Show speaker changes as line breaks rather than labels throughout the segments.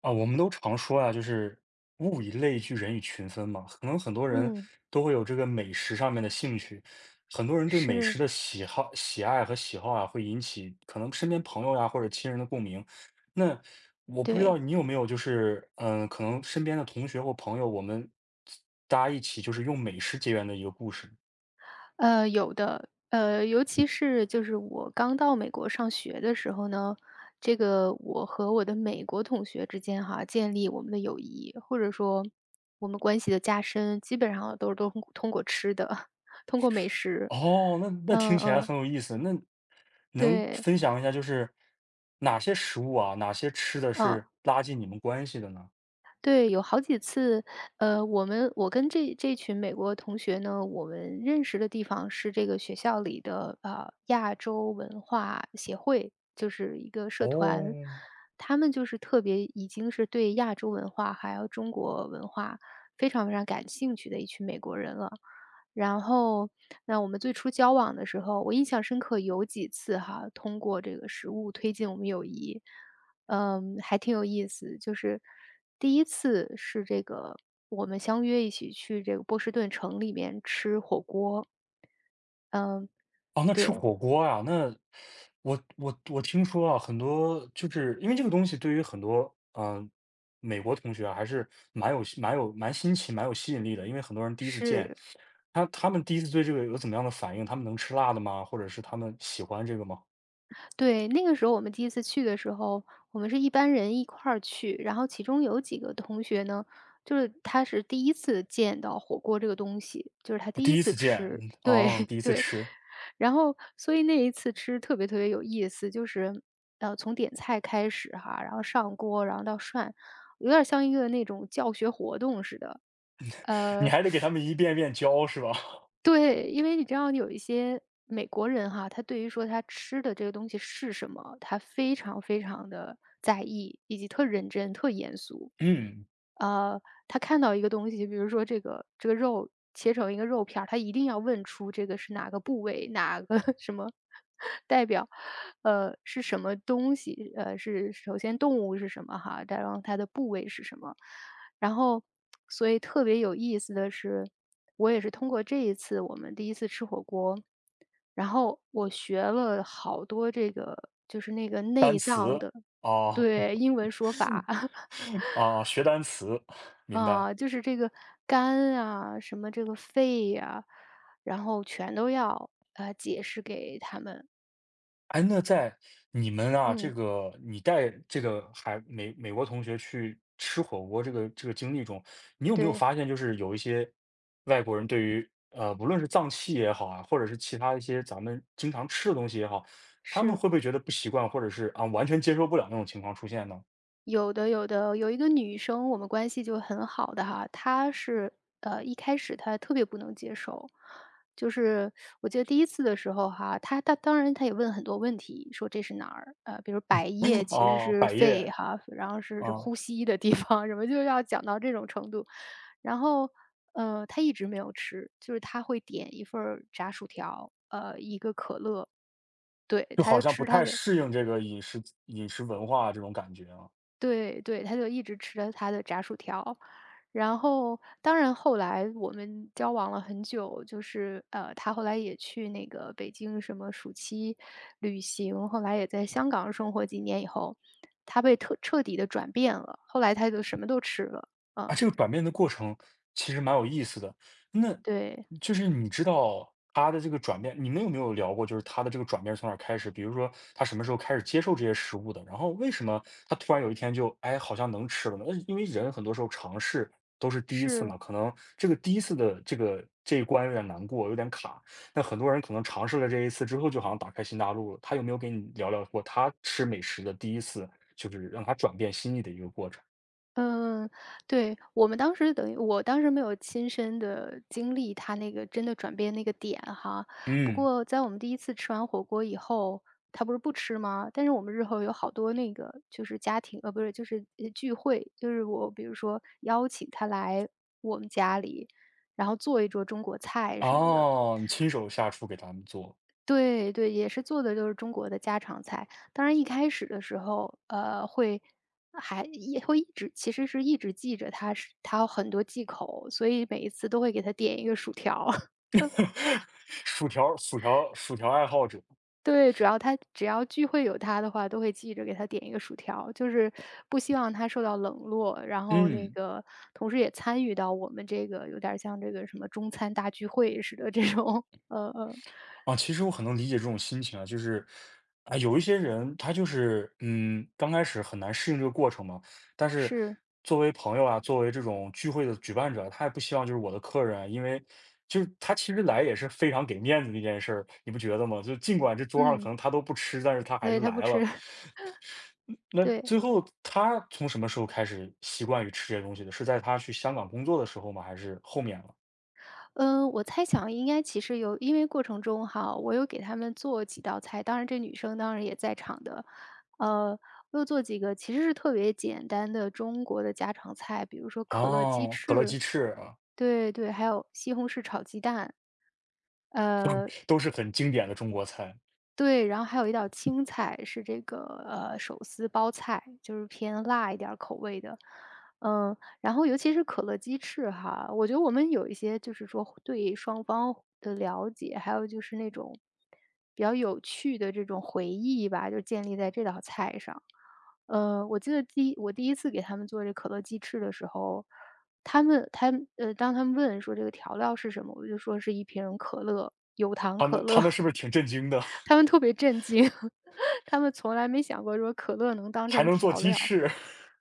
啊，我们都常说啊，就是物以类聚，人以群分嘛。可能很多人
嗯，
都会有这个美食上面的兴趣，很多人对美食
是，
的喜好、喜爱和喜好啊，会引起可能身边朋友呀、或者亲人的共鸣。那我不知道
对，
你有没有，就是可能身边的同学或朋友，我们大家一起就是用美食结缘的一个故事。
有的，尤其是就是我刚到美国上学的时候呢，这个我和我的美国同学之间哈，建立我们的友谊，或者说我们关系的加深，基本上都通过吃的，通过美食，
哦，那听
嗯
起来
嗯，
很有意思。那能
对，
分享一下，就是哪些食物啊，哪些吃的
嗯。
是拉近你们关系的呢？
对，有好几次，我跟这群美国同学呢，我们认识的地方是这个学校里的亚洲文化协会，就是一个社团，
哦，
他们就是特别已经是对亚洲文化还有中国文化非常非常感兴趣的一群美国人了。然后，那我们最初交往的时候，我印象深刻有几次哈，通过这个食物推进我们友谊。嗯，还挺有意思。就是第一次是这个，我们相约一起去这个波士顿城里面吃火锅。嗯，
哦，那吃
对，
火锅啊，那我听说啊，很多就是因为这个东西对于很多美国同学啊还是蛮新奇、蛮有吸引力的，因为很多人第一次见
是，
他，他们第一次对这个有怎么样的反应？他们能吃辣的吗？或者是他们喜欢这个吗？
对，那个时候我们第一次去的时候，我们是一班人一块儿去，然后其中有几个同学呢，就是他是第一次见到火锅这个东西，就是他第一
第一
次
次见，
吃。对
哦，第一 次
对，
吃。
然后所以那一次吃特别特别有意思，就是，从点菜开始哈，然后上锅，然后到涮，有点儿像一个那种教学活动似的。
你
呃，
还得给他们一遍遍教是吧？
对，因为你知道有一些美国人哈，他对于说他吃的这个东西是什么，他非常非常的在意，以及特认真、特严肃。
嗯，
呃，他看到一个东西，比如说这个肉切成一个肉片儿，他一定要问出这个是哪个部位，哪个 什么代表，是什么东西，是首先动物是什么哈，再然后它的部位是什么。然后，所以特别有意思的是，我也是通过这一次我们第一次吃火锅，然后我学了好多这个就是那个
单
内脏
词
的
啊。
对，英文说法
啊，学单词，明白。
啊，就是这个肝啊，什么这个肺呀，然后全都要，解释给他们。
哎，那在你们啊，这
嗯，
个你带这个美国同学去吃火锅这个经历中，你有没有
对，
发现，就是有一些外国人对于不论是脏器也好啊，或者是其他一些咱们经常吃的东西也好，他们
是。
会不会觉得不习惯，或者是啊完全接受不了那种情况出现呢？
有的，有的，有一个女生，我们关系就很好的哈，她是一开始她特别不能接受，就是我记得第一次的时候哈，她当然她也问很多问题，说这是哪儿？比如百叶 其实
哦，
是
百
肺
叶
哈，然后是
啊。
呼吸的地方，什么就是要讲到这种程度，然后她一直没有吃，就是她会点一份儿炸薯条，一个可乐，对，
就
她
好
就
像不
吃她
太
的。
适应这个饮食文化啊这种感觉啊。
对对，他就一直吃着他的炸薯条。然后，当然后来我们交往了很久，就是他后来也去那个北京什么暑期旅行，后来也在香港生活几年以后，他被特彻底的转变了，后来他就什么都吃了，
啊，
嗯，
这个转变的过程其实蛮有意思的。那
对，
就是你知道他的这个转变，你们有没有聊过，就是他的这个转变是从哪儿开始？比如说他什么时候开始接受这些食物的？然后为什么他突然有一天就，哎，好像能吃了呢？那因为人很多时候尝试都是第一次
是。
嘛，可能这个第一次的这个这一关有点难过，有点卡。那很多人可能尝试了这一次之后，就好像打开新大陆了。他有没有跟你聊过他吃美食的第一次，就是让他转变心意的一个过程？
嗯，对，我们当时等于我当时没有亲身的经历他那个真的转变那个点哈，不
嗯。
过在我们第一次吃完火锅以后，他不是不吃吗？但是我们日后有好多那个就是家庭，不是，就是聚会，就是我比如说邀请他来我们家里，然后做一桌中国菜什么的，
哦，你亲手下厨给他们做。
对对，也是做的就是中国的家常菜。当然一开始的时候，会还也会一直其实是一直记着他是它有很多忌口，所以每一次都会给他点一个薯条。
薯条爱好者。
对，主要他只要聚会有他的话，都会记着给他点一个薯条，就是不希望他受到冷落。然后那
嗯，
个同时也参与到我们这个有点儿像这个什么中餐大聚会似的这种，呃呃，
啊，其实我很能理解这种心情啊，就是，啊，有一些人他就是，嗯，刚开始很难适应这个过程嘛，但是
是，
作为朋友啊，作为这种聚会的举办者，他也不希望就是我的客人啊，因为就是他其实来也是非常给面子的一件事儿，你不觉得吗？就尽管这桌上可
嗯，
能他都不吃，但是他还是
对，他不
来
吃，
了。那
对。
最后他从什么时候开始习惯于吃这些东西的？是在他去香港工作的时候吗？还是后面了？
嗯，我猜想应该其实有因为过程中哈，我有给他们做几道菜，当然这女生当然也在场的。呃，我有做几个其实是特别简单的中国的家常菜，比如说可乐鸡
哦，可乐
翅，
鸡翅啊，
对对，还有西红柿炒鸡蛋，呃，
都是很经典的中国菜。
对，然后还有一道青菜是这个，手撕包菜，就是偏辣一点儿口味的。嗯，然后尤其是可乐鸡翅哈，我觉得我们有一些就是说对双方的了解，还有就是那种比较有趣的这种回忆吧，就建立在这道菜上。我记得第一次给他们做这可乐鸡翅的时候，他们，当他们问说这个调料是什么，我就说是一瓶可乐，有糖
他
可
们他
乐。
们是不是挺震惊的？
他 们特别震惊，他们从来没想过说可乐能当
还
成
能做
调
鸡
料。
翅？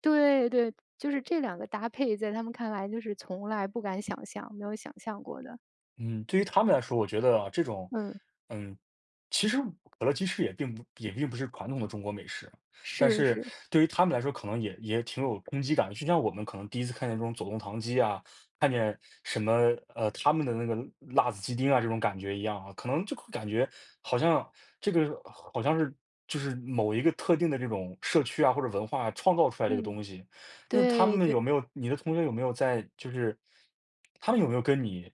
对对，就是这两个搭配在他们看来就是从来不敢想象，没有想象过的。
嗯，对于他们来说，我觉得啊，这种，
嗯，
嗯，其实可乐鸡翅也并不是传统的中国美食，但
是
是
是，
对于他们来说，可能也挺有冲击感。就像我们可能第一次看见这种走动糖鸡啊，看见什么呃他们的那个辣子鸡丁啊这种感觉一样啊，可能就会感觉好像这个好像是就是某一个特定的这种社区啊或者文化创造出来这个
嗯，
东西，那他
对
们
对，
有没有你的同学有没有在就是他们有没有跟你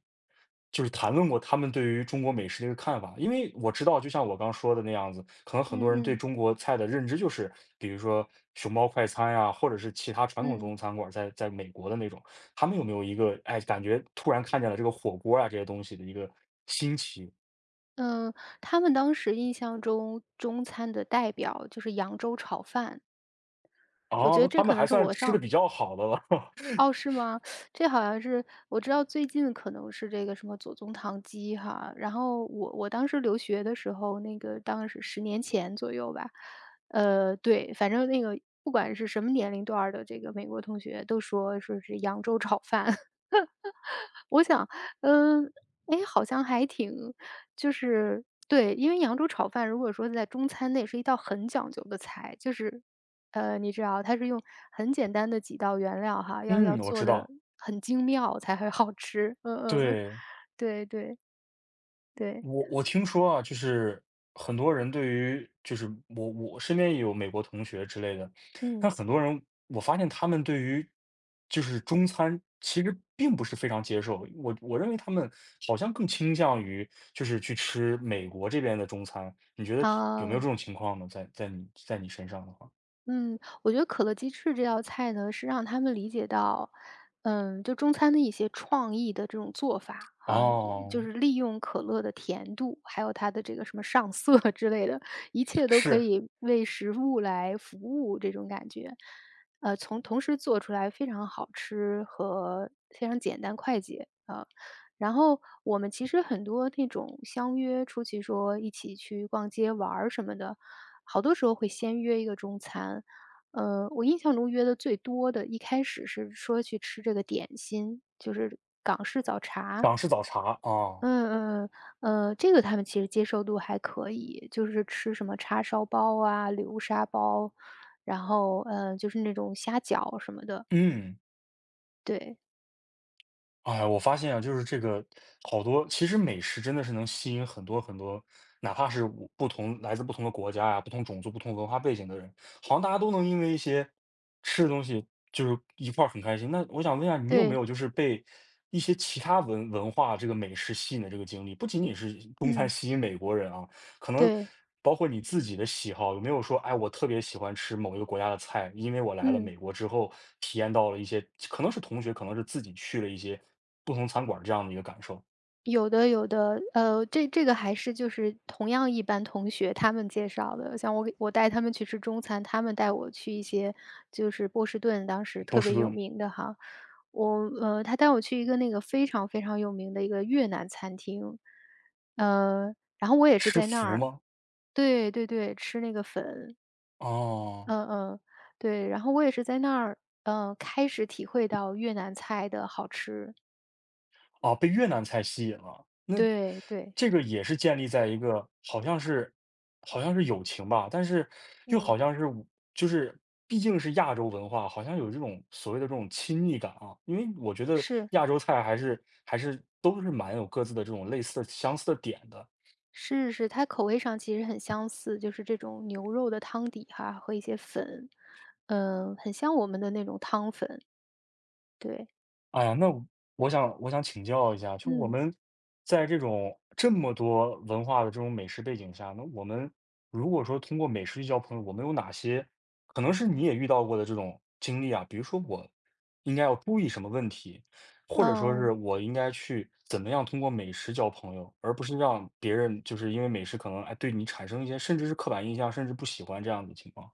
就是谈论过他们对于中国美食的一个看法？因为我知道，就像我刚说的那样子，可能很多
嗯
人对
嗯，
中国菜的认知就是，比如说熊猫快餐呀，或者是其他传统中
嗯，
国餐馆在美国的那种，他们有没有一个哎，感觉突然看见了这个火锅啊这些东西的一个新奇？
嗯，他们当时印象中中餐的代表就是扬州炒饭，我
哦，
觉
那
得这
他们
可能
还
是
算
我
吃的
上
比较好的了。
哦，是吗？这好像是我知道最近可能是这个什么左宗棠鸡哈，然后我当时留学的时候，那个当时十年前左右吧，对，反正那个不管是什么年龄段儿的这个美国同学都说是扬州炒饭。我想，嗯，诶哎，好像还挺就是对，因为扬州炒饭如果说在中餐那也是一道很讲究的菜，就是你知道它是用很简单的几道原料哈，要
嗯，我
做
知
的
道，
很精妙才会好吃。嗯嗯嗯，
对。
对对对，
我我听说啊，就是很多人对于就是我身边也有美国同学之类的，但
嗯，
很多人我发现他们对于就是中餐其实并不是非常接受，我认为他们好像更倾向于就是去吃美国这边的中餐，你觉得有没有这
啊。
种情况呢？在你身上的话，
嗯，我觉得可乐鸡翅这道菜呢，是让他们理解到，嗯，就中餐的一些创意的这种做法哈，就
哦，
是利用可乐的甜度，还有它的这个什么上色 之类的，一切都可
是
以为食物来服务这种感觉。从同时做出来非常好吃和非常简单快捷，啊。然后我们其实很多那种相约出去说一起去逛街玩儿什么的，好多时候会先约一个中餐。我印象中约的最多的，一开始是说去吃这个点心，就是
港式早茶啊。哦
嗯嗯嗯，这个他们其实接受度还可以，就是吃什么叉烧包啊、流沙包，然后就是那种虾饺什么的，
嗯。
对
哎，我发现啊，就是这个好多，其实美食真的是能吸引很多，哪怕是我不同来自不同的国家呀、不同种族、不同文化背景的人，好像大家都能因为一些吃的东西就是一块儿很开心。那我想问一下，你有没
对，
有就是被一些其他文化这个美食吸引的这个经历？不仅仅是中餐
嗯，
吸引美国人啊，可能
对，
包括你自己的喜好，有没有说，哎，我特别喜欢吃某一个国家的菜，因为我来了
嗯。
美国之后，体验到了一些，可能是同学，可能是自己去了一些不同餐馆这样的一个感受。
有的有的，这个还是就是同样一班同学他们介绍的，像我带他们去吃中餐，他们带我去一些就是波士顿当时
波
特
士
别有
顿
名的哈，我他带我去一个那个非常非常有名的一个越南餐厅，然后我也是
吃
在那
福
儿
吗？
对对对，吃那个粉，
哦。
嗯嗯，对，然后我也是在那儿，嗯，开始体会到越南菜的好吃，
啊，被越南菜吸引了，那
对对，
这个也是建立在一个好像是好像是友情吧，但是又好
嗯，
像是我就是毕竟是亚洲文化，好像有这种所谓的这种亲密感啊。因为我觉得
是。
亚洲菜还是都是蛮有各自的这种类似的相似的点的。
是是，它口味上其实很相似，就是这种牛肉的汤底哈，和一些粉，嗯，很像我们的那种汤粉，对，
哎呀，那我想我想请教一下，就我
嗯，
们在这种这么多文化的这种美食背景下，那我们如果说通过美食去交朋友，我们有哪些可能是你也遇到过的这种经历啊？比如说我应该要注意什么问题，或者说是
嗯。
我应该去怎么样通过美食交朋友，而不是让别人就是因为美食可能哎对你产生一些甚至是刻板印象，甚至不喜欢这样的情况。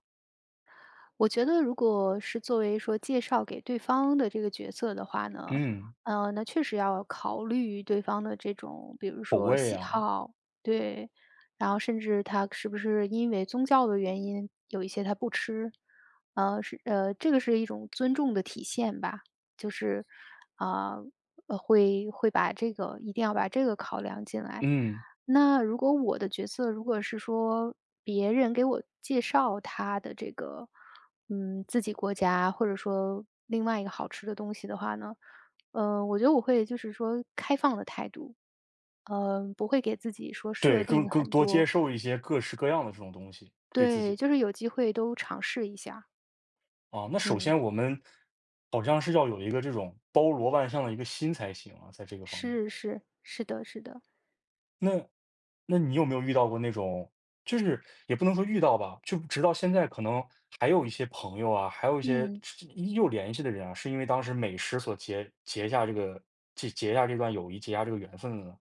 我觉得如果是作为说介绍给对方的这个角色的话呢，
嗯，
那确实要考虑对方的这种，比如
口
说
味
喜
啊。
好，对，然后甚至他是不是因为宗教的原因有一些他不吃，是这个是一种尊重的体现吧，就是啊、会把这个一定要把这个考量进来。
嗯。
那如果我的角色如果是说别人给我介绍他的这个，嗯，自己国家或者说另外一个好吃的东西的话呢，嗯，我觉得我会就是说开放的态度，嗯、不会给自己说
对，
设
更
定
更
很
多接
多，
受一些各式各样的这种东西，对自
对，
己。
就是有机会都尝试一下，
啊，那首
嗯，
先我们好像是要有一个这种包罗万象的一个心才行啊，在这个方面。
是是是的，是的，
那那你有没有遇到过那种就是也不能说遇到吧，就直到现在可能还有一些朋友啊，还有一些
嗯。
是依旧联系的人啊，是因为当时美食所结下这个结下这段友谊，结下这个缘分了，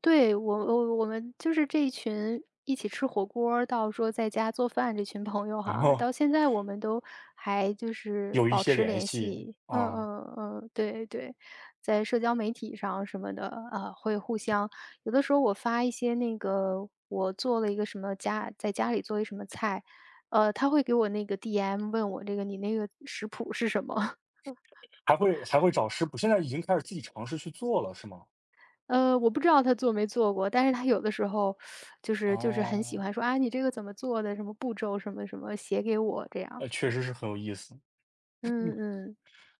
对，我们就是这一群一起吃火锅儿到说在家做饭这群朋友
然
哈，
后
到现在我们都还就是
有一
保
些
持
联
联
系。
系。嗯
啊，
嗯嗯，对对，在社交媒体上什么的，啊，会互相有的时候我发一些那个我做了一个什么家在家里做一什么菜，他会给我那个 DM 问我这个你那个食谱是什么？
还会找师谱，现在已经开始自己尝试去做了，是吗？
我不知道他做没做过，但是他有的时候就是很喜
哦，
欢说：“啊，你这个怎么做的？什么步骤，什么什么，写给我。”这样。
呃，确实是很有意思。
嗯嗯，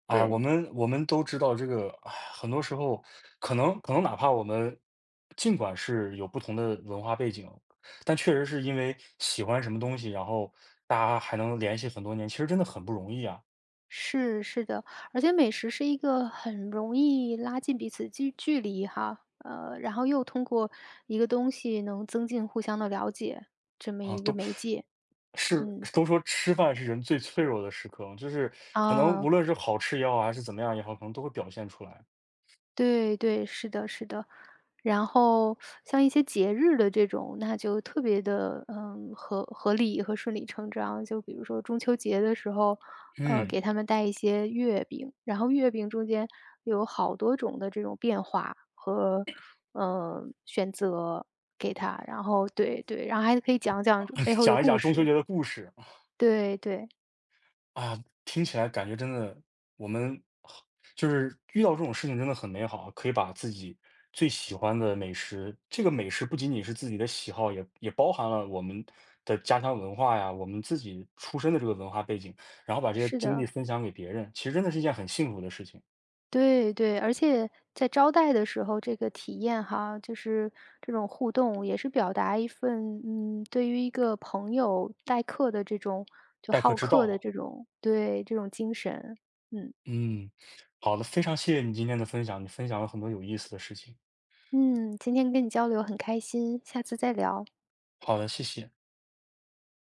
哎，我
对，
们我们都知道这个，哎，很多时候可能哪怕我们尽管是有不同的文化背景，但确实是因为喜欢什么东西，然后大家还能联系很多年，其实真的很不容易啊。
是是的。而且美食是一个很容易拉近彼此距离哈，然后又通过一个东西能增进互相的了解，这么
啊，
一个
都
媒介。
是
嗯，
都说吃饭是人最脆弱的时刻，就是可能无
啊。
论是好吃也好，还是怎么样也好，可能都会表现出来。
对对，是的是的。然后像一些节日的这种，那就特别的，嗯，合理和顺理成章。就比如说中秋节的时候，
嗯，
给他们带一些月饼，然后月饼中间有好多种的这种变化和，选择给他。然后对对，然后还可以讲讲这背 后的
讲一讲
故
中秋
事。
节的故事。
对对，
啊，听起来感觉真的，我们好就是遇到这种事情真的很美好，可以把自己最喜欢的美食，这个美食不仅仅是自己的喜好，也包含了我们的家乡文化呀，我们自己出身的这个文化背景，然后把这些
是
经历
的。
分享给别人，其实真的是一件很幸福的事情，
对对，而且在招待的时候，这个体验哈，就是这种互动，也是表达一份，嗯，对于一个朋友待客的这种就
待客
好
之道
客
啊。
的这种对，这种精神。嗯，
嗯，好的，非常谢谢你今天的分享，你分享了很多有意思的事情。
嗯，今天跟你交流很开心，下次再聊，
好的，谢谢。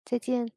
再见。